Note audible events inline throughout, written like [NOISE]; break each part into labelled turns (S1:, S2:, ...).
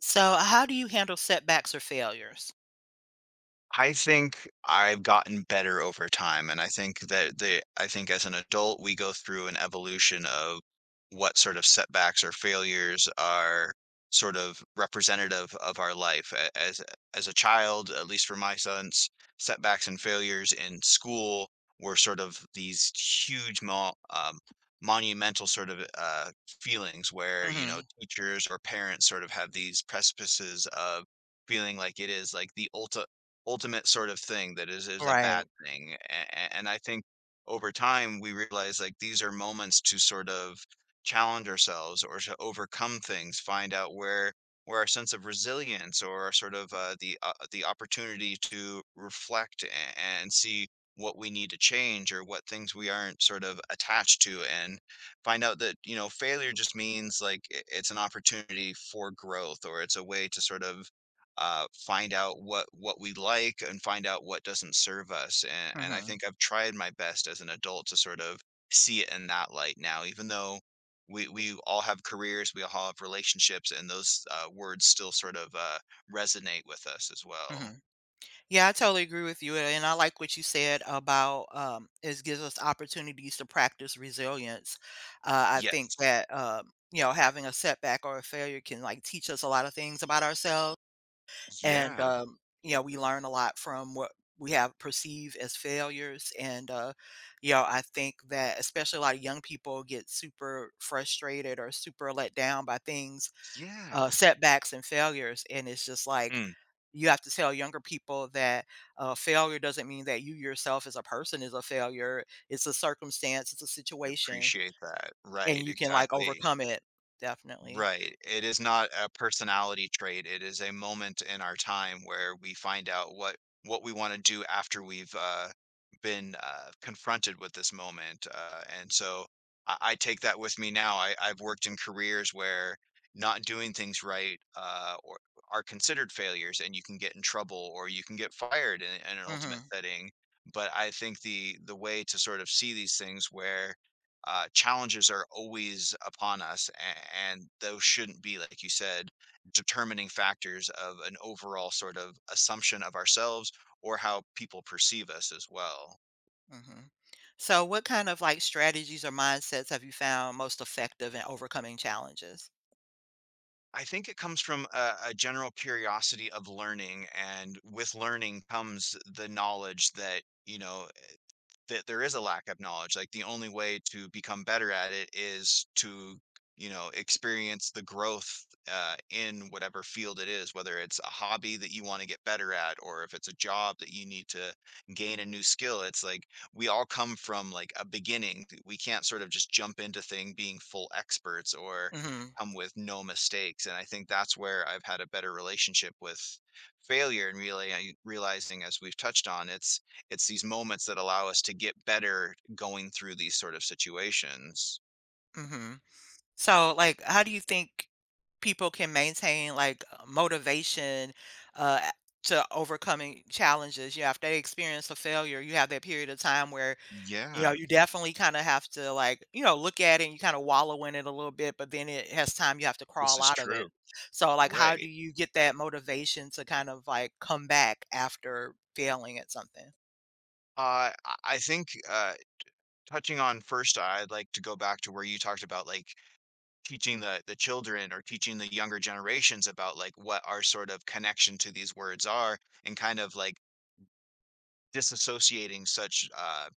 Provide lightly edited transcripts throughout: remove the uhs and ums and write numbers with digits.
S1: So, how do you handle setbacks or failures?
S2: I think I've gotten better over time, and I think that the I think as an adult, we go through an evolution of what sort of setbacks or failures are sort of representative of our life. As a child, at least for my sons, setbacks and failures in school were sort of these huge mo monumental sort of feelings where, you know,
S1: Mhm.
S2: teachers or parents sort of have these precipices of feeling like it is like the ultimate sort of thing that is a bad
S1: Right.
S2: thing. And I think over time we realize like these are moments to sort of challenge ourselves or to overcome things, find out where our sense of resilience or our sort of the opportunity to reflect and see what we need to change or what things we aren't sort of attached to, and find out that, you know, failure just means like it's an opportunity for growth, or it's a way to sort of find out what we like and find out what doesn't serve us. And I
S1: Mhm.
S2: think I've tried my best as an adult to sort of see it in that light now, even though we all have careers, we all have relationships, and those words still sort of resonate with us as well.
S1: Mhm. Yeah, I totally agree with you, and I like what you said about it gives us opportunities to practice resilience. I think
S2: Yes.
S1: that you know having a setback or a failure can like teach us a lot of things about ourselves, and
S2: Yeah.
S1: you know we learn a lot from what we have perceived as failures. And you know I think that especially a lot of young people get super frustrated or super let down by things
S2: Yeah.
S1: setbacks and failures. And it's just like
S2: Mm,
S1: you have to tell younger people that failure doesn't mean that you yourself as a person is a failure. It's a circumstance, it's a
S2: I
S1: situation,
S2: appreciate that. Right.
S1: and you can like
S2: Exactly.
S1: overcome it. Definitely.
S2: Right. It is not a personality trait. It is a moment in our time where we find out what we want to do after we've been confronted with this moment. And so I take that with me now. I've worked in careers where not doing things right or are considered failures, and you can get in trouble or you can get fired in an ultimate
S1: Hmm.
S2: setting. But I think the way to sort of see these things where challenges are always upon us, and those shouldn't be, like you said, determining factors of an overall sort of assumption of ourselves or how people perceive us as well.
S1: Hmm. So, what kind of like strategies or mindsets have you found most effective in overcoming challenges?
S2: I think it comes from a general curiosity of learning, and with learning comes the knowledge that, you know, that there is a lack of knowledge. Like the only way to become better at it is to, you know, experience the growth in whatever field it is, whether it's a hobby that you want to get better at, or if it's a job that you need to gain a new skill. It's like we all come from like a beginning. We can't sort of just jump into thing being full experts or
S1: Hmm.
S2: come with no mistakes. And I think that's where I've had a better relationship with failure and really realizing, as we've touched on, it's these moments that allow us to get better going through these sort of situations.
S1: Hmm. So, like, how do you think people can maintain like motivation uh, a- to overcoming challenges? You know, if they experience a failure, you have that period of time where you know
S2: Yeah,
S1: you definitely kind of have to like look at it and you kind of wallow in it a little bit, but then it has time you have to
S2: this
S1: crawl
S2: is
S1: out of it.
S2: true.
S1: So, like, how do
S2: Right.
S1: you get that motivation to kind of like come back after failing at something?
S2: I think touching on first, I'd like to go back to where you talked about like teaching the children or teaching the younger generations about like what our sort of connection to these words are, and kind of like disassociating such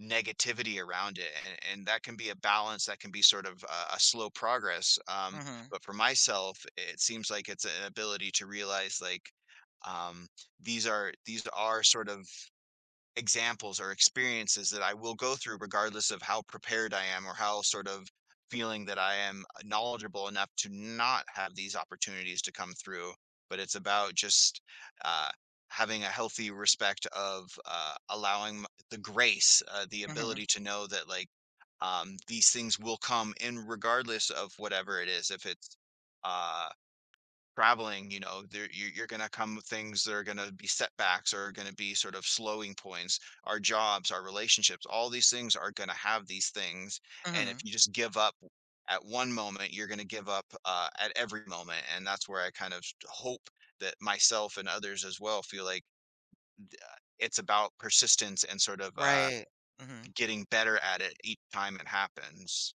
S2: negativity around it, and that can be a balance, that can be sort of a slow progress,
S1: Mm-hmm.
S2: but for myself it seems like it's an ability to realize like um, these are sort of examples or experiences that I will go through regardless of how prepared I am or how sort of feeling that I am knowledgeable enough to not have these opportunities to come through. But it's about just uh, having a healthy respect of allowing the grace, the
S1: Mm-hmm.
S2: ability to know that like these things will come in regardless of whatever it is. If it's uh, traveling, you know, there you're going to come with things that are going to be setbacks or going to be sort of slowing points. Our jobs, our relationships, all these things are going to have these things. And if
S1: Mm-hmm.
S2: you just give up at one moment, you're going to give up at every moment. And that's where I kind of hope that myself and others as well feel like it's about persistence and sort of
S1: Right. Mm-hmm.
S2: getting better at it each time it happens.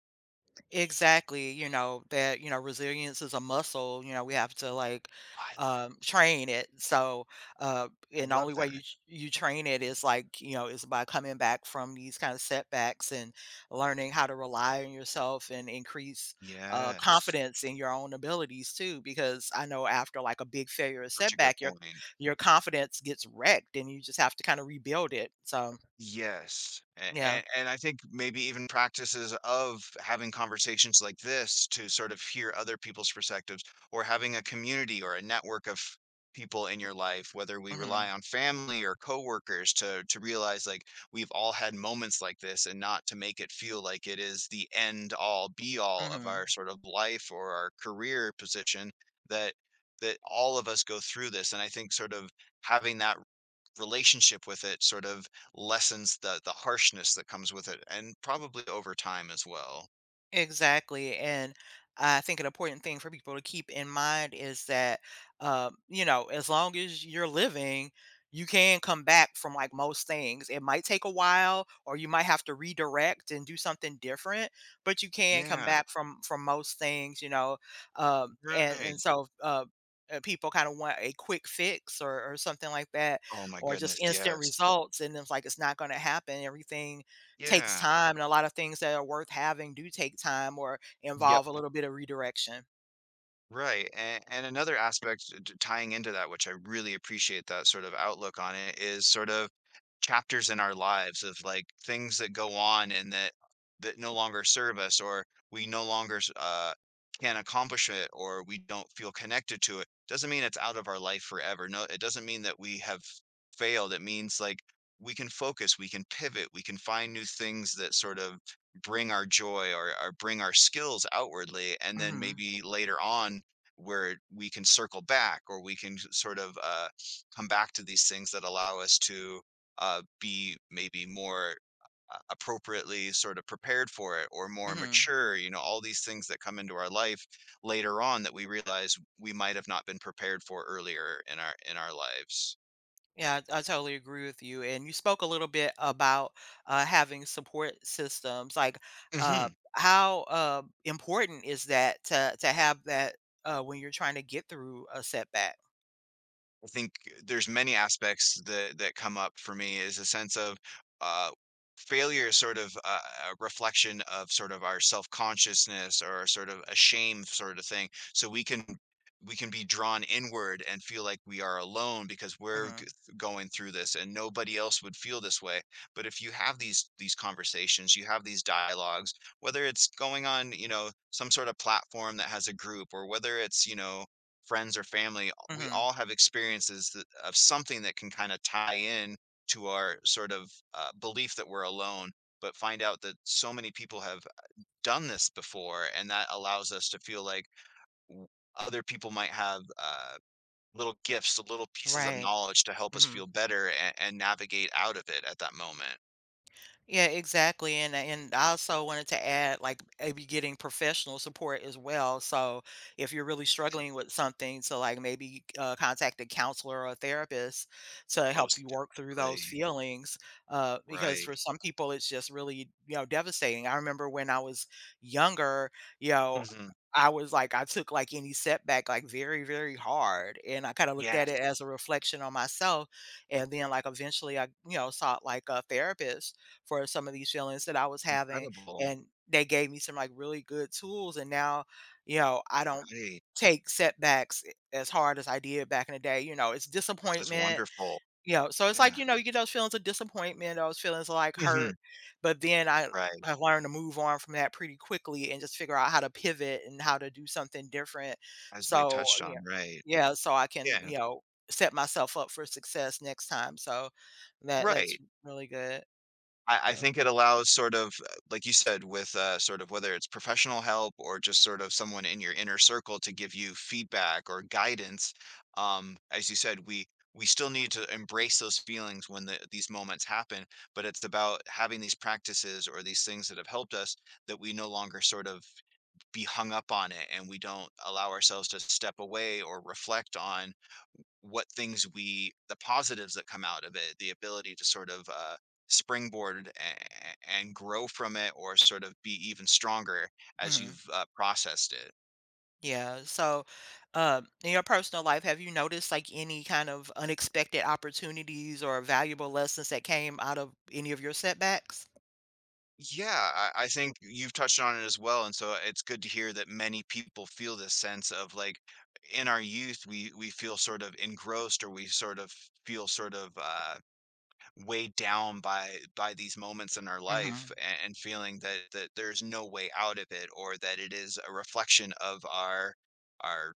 S1: Exactly, you know, that, you know, resilience is a muscle, you know, we have to like
S2: I,
S1: train it. So,
S2: I
S1: and the
S2: love
S1: only way you
S2: that.
S1: train it is like, you know, is by coming back from these kind of setbacks and learning how to rely on yourself and increase
S2: Yes.
S1: confidence in your own abilities too because I know after like a big failure or
S2: Such a good
S1: setback,
S2: point.
S1: your confidence gets wrecked and you just have to kind of rebuild it. So,
S2: Yes,
S1: yeah.
S2: and I think maybe even practices of having conversations like this to sort of hear other people's perspectives or having a community or a network of people in your life, whether we rely
S1: Mhm.
S2: on family or coworkers to realize like we've all had moments like this, and not to make it feel like it is the end all be all of our
S1: Mhm.
S2: sort of life or our career position, that that all of us go through this. And I think sort of having that relationship with it sort of lessens the harshness that comes with it, and probably over time as well.
S1: Exactly, and I think an important thing for people to keep in mind is that, you know, as long as you're living, you can come back from, like, most things. It might take a while, or you might have to redirect and do something different, but you can come
S2: Yeah,
S1: back from most things, you know, and
S2: right.
S1: and so, people kinda want a quick fix or something like that,
S2: Oh my
S1: or just
S2: goodness,
S1: instant
S2: yes.
S1: results, and it's like, it's not gonna happen. Everything takes
S2: Yeah.
S1: time, and a lot of things that are worth having do take time or
S2: Yep.
S1: involve a little bit of redirection.
S2: Right. And another aspect, tying into that, which I really appreciate that sort of outlook on it, is sort of chapters in our lives of like things that go on, and that that no longer serve us, or we no longer can accomplish it, or we don't feel connected to it, doesn't mean it's out of our life forever. No, it doesn't mean that we have failed. It means like we can focus, we can pivot, we can find new things that sort of bring our joy, or bring our skills outwardly, and then
S1: Mhm,
S2: maybe later on where we can circle back, or we can sort of come back to these things that allow us to be maybe more appropriately sort of prepared for it, or more
S1: mhm.
S2: mature, you know, all these things that come into our life later on that we realize we might have not been prepared for earlier in our lives.
S1: Yeah, I totally agree with you, and you spoke a little bit about, having support systems, like,
S2: Hmm.
S1: important is that to have that, when you're trying to get through a setback?
S2: I think there's many aspects that that come up for me is a sense of uh, failure is sort of a reflection of sort of our self-consciousness, or sort of a shame sort of thing. So we can be drawn inward and feel like we are alone because we're
S1: Mhm,
S2: going through this and nobody else would feel this way. But if you have these conversations, you have these dialogues, whether it's going on, you know, some sort of platform that has a group, or whether it's, you know, friends or family, we
S1: mhm.
S2: all have experiences that, of something that can kind of tie in to our sort of belief that we're alone, but find out that so many people have done this before. And that allows us to feel like w- other people might have little gifts, little pieces of
S1: Right,
S2: knowledge to help us
S1: mhm.
S2: feel better and navigate out of it at that moment.
S1: Yeah, exactly. And I also wanted to add like maybe getting professional support as well. So if you're really struggling with something, so like maybe contact a counselor or a therapist to help
S2: Most
S1: you work through those
S2: definitely.
S1: feelings. Because
S2: Right.
S1: for some people, it's just really, you know, devastating. I remember when I was younger, you know,
S2: Hmm.
S1: I was like, I took like any setback like very, very hard. And I kind of looked at
S2: Yes.
S1: it as a reflection on myself. And then like eventually I, you know, sought like a therapist for some of these feelings that I was having,
S2: Incredible.
S1: and they gave me some, like, really good tools, and now, you know, I don't
S2: Right.
S1: take setbacks as hard as I did back in the day, you know, it's
S2: This is
S1: disappointment,
S2: wonderful.
S1: you know, so it's like,
S2: Yeah.
S1: you know, you get those feelings of disappointment, those feelings of, like,
S2: Hmm.
S1: hurt, but then I
S2: Right.
S1: have learned to move on from that pretty quickly and just figure out how to pivot and how to do something different,
S2: As we
S1: so,
S2: touched
S1: you know,
S2: on, right.
S1: yeah, so I can,
S2: Yeah,
S1: you know, set myself up for success next time, so that's
S2: right.
S1: really good,
S2: I
S1: yeah.
S2: think it allows sort of, like you said, with, sort of whether it's professional help or just sort of someone in your inner circle to give you feedback or guidance, as you said, we still need to embrace those feelings when these moments happen, but it's about having these practices or these things that have helped us that we no longer sort of be hung up on it, and we don't allow ourselves to step away or reflect on what things we the positives that come out of it, the ability to sort of springboard and grow from it, or sort of be even stronger as
S1: Mhm.
S2: you've processed it.
S1: Yeah. So, in your personal life, have you noticed like any kind of unexpected opportunities or valuable lessons that came out of any of your setbacks?
S2: Yeah, I think you've touched on it as well, and so it's good to hear that many people feel this sense of like in our youth we feel sort of engrossed, or we sort of feel sort of weighed down by these moments in our life,
S1: Mm-hmm.
S2: and feeling that that there's no way out of it, or that it is a reflection of our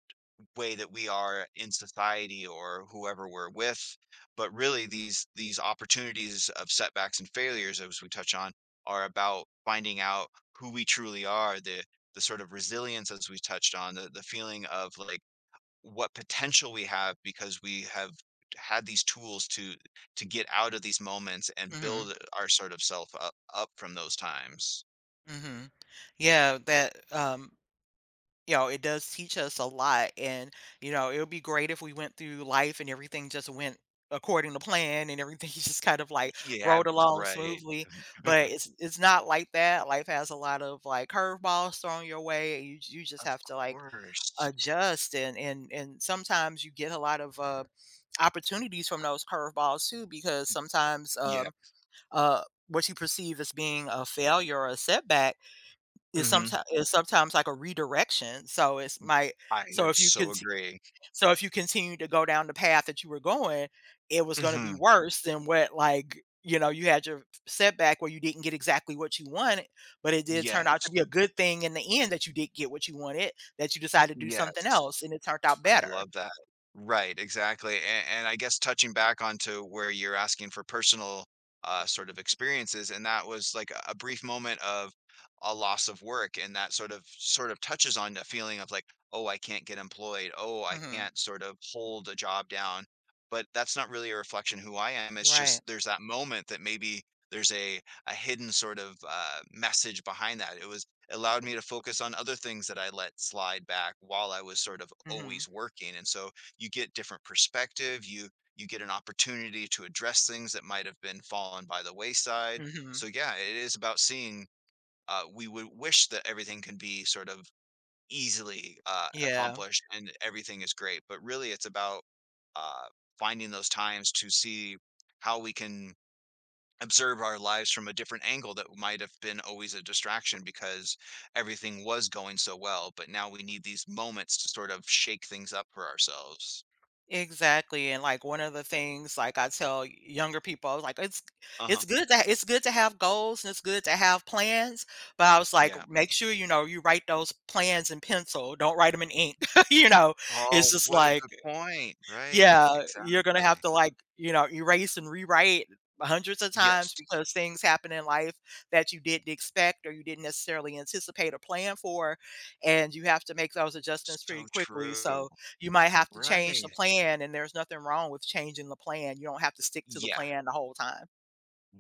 S2: way that we are in society or whoever we're with, but really these opportunities of setbacks and failures, as we touch on, are about finding out who we truly are, the sort of resilience, as we touched on, the feeling of like what potential we have, because we have had these tools to get out of these moments and
S1: Mm-hmm.
S2: build our sort of self up, up from those times.
S1: Mm-hmm. Yeah, that you know, it does teach us a lot. And, you know, it would be great if we went through life and everything just went according to plan and everything [LAUGHS] just kind of like
S2: Yeah,
S1: rolled along
S2: right.
S1: smoothly. But
S2: [LAUGHS]
S1: it's not like that. Life has a lot of like curveballs thrown your way. And you just
S2: Of
S1: have to like
S2: course.
S1: adjust and sometimes you get a lot of opportunities from those curveballs too because sometimes
S2: Yep.
S1: uh what you perceive as being a failure or a setback
S2: Hmm.
S1: is sometimes like a redirection so it's might
S2: I
S1: so if you
S2: so
S1: can
S2: agree.
S1: if you continue to go down the path that you were going, it was gonna be
S2: Hmm.
S1: worse than what, like, you know, you had your setback where you didn't get exactly what you wanted, but it did turn out
S2: Yes.
S1: to be a good thing in the end that you did get what you wanted, that you decided to do something
S2: Yes.
S1: else, and it turned out
S2: I
S1: better.
S2: love that. Right, exactly, and I guess touching back onto where you're asking for personal, sort of experiences, and that was, like, a brief moment of a loss of work, and that sort of touches on the feeling of, like, "Oh, I can't get employed. Oh, I
S1: Mhm.
S2: can't sort of hold a job down." But that's not really a reflection who I am, it's
S1: Right.
S2: just there's that moment that maybe there's a hidden sort of, message behind that. It was allowed me to focus on other things that I let slide back while I was sort of always
S1: Mhm.
S2: working. And so you get different perspective, you get an opportunity to address things that might have been fallen by the wayside. So
S1: Mhm.
S2: yeah, it is about seeing we would wish that everything can be sort of easily
S1: Yeah,
S2: accomplished and everything is great, but really it's about uh, finding those times to see how we can observe our lives from a different angle that might have been always a distraction because everything was going so well, but now we need these moments to sort of shake things up for ourselves.
S1: exactly, and, like, one of the things, like, I tell younger people, I was like, "It's
S2: Uh-huh.
S1: it's good to have goals and it's good to have plans," but I was like,
S2: Yeah.
S1: "Make sure, you know, you write those plans in pencil, don't write them in ink," [LAUGHS] you know? It's
S2: Oh,
S1: just
S2: what a
S1: like,
S2: good point. Right.
S1: yeah, you're gonna have
S2: Exactly.
S1: to, like, you know, erase and rewrite hundreds of
S2: Yes.
S1: times because things happen in life that you didn't expect or you didn't necessarily anticipate or plan for, and you have to make those adjustments pretty
S2: So
S1: quickly,
S2: true.
S1: so you might have to change the
S2: Right.
S1: plan, and there's nothing wrong with changing the plan, you don't have to stick to the
S2: Yeah.
S1: plan the whole time.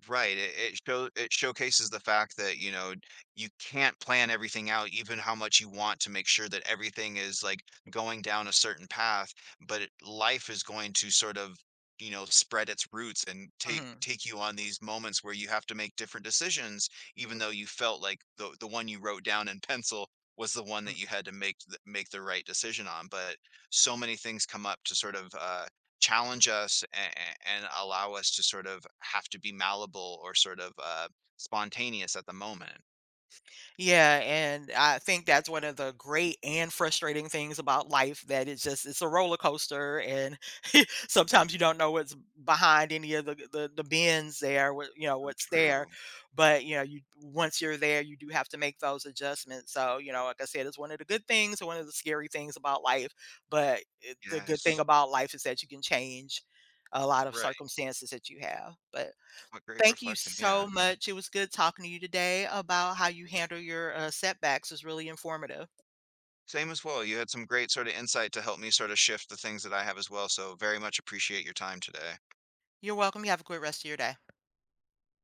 S2: Right, it show it showcases the fact that, you know, you can't plan everything out, even how much you want to make sure that everything is, like, going down a certain path, but it life is going to sort of, you know, spread its roots and take
S1: Mhm.
S2: take you on these moments where you have to make different decisions, even though you felt like the one you wrote down in pencil was the one that you had to make the right decision on, but so many things come up to sort of, challenge us, and allow us to sort of have to be malleable, or sort of spontaneous at the moment.
S1: Yeah, and I think that's one of the great and frustrating things about life that it's just it's a roller coaster and [LAUGHS] sometimes you don't know what's behind any of the bins there, what you know,
S2: So
S1: what's there.
S2: true.
S1: But you know, you once you're there, you do have to make those adjustments. So, you know, like I said, it's one of the good things one of the scary things about life. But it, the good thing
S2: Yes.
S1: about life is that you can change a lot of
S2: Right.
S1: circumstances that you have. But
S2: What great
S1: thank you
S2: reflection. Yeah.
S1: so much. It was good talking to you today about how you handle your, setbacks. It was really informative.
S2: Same as well. You had some great sort of insight to help me sort of shift the things that I have as well. So very much appreciate your time today.
S1: You're welcome. You have a great rest of your day.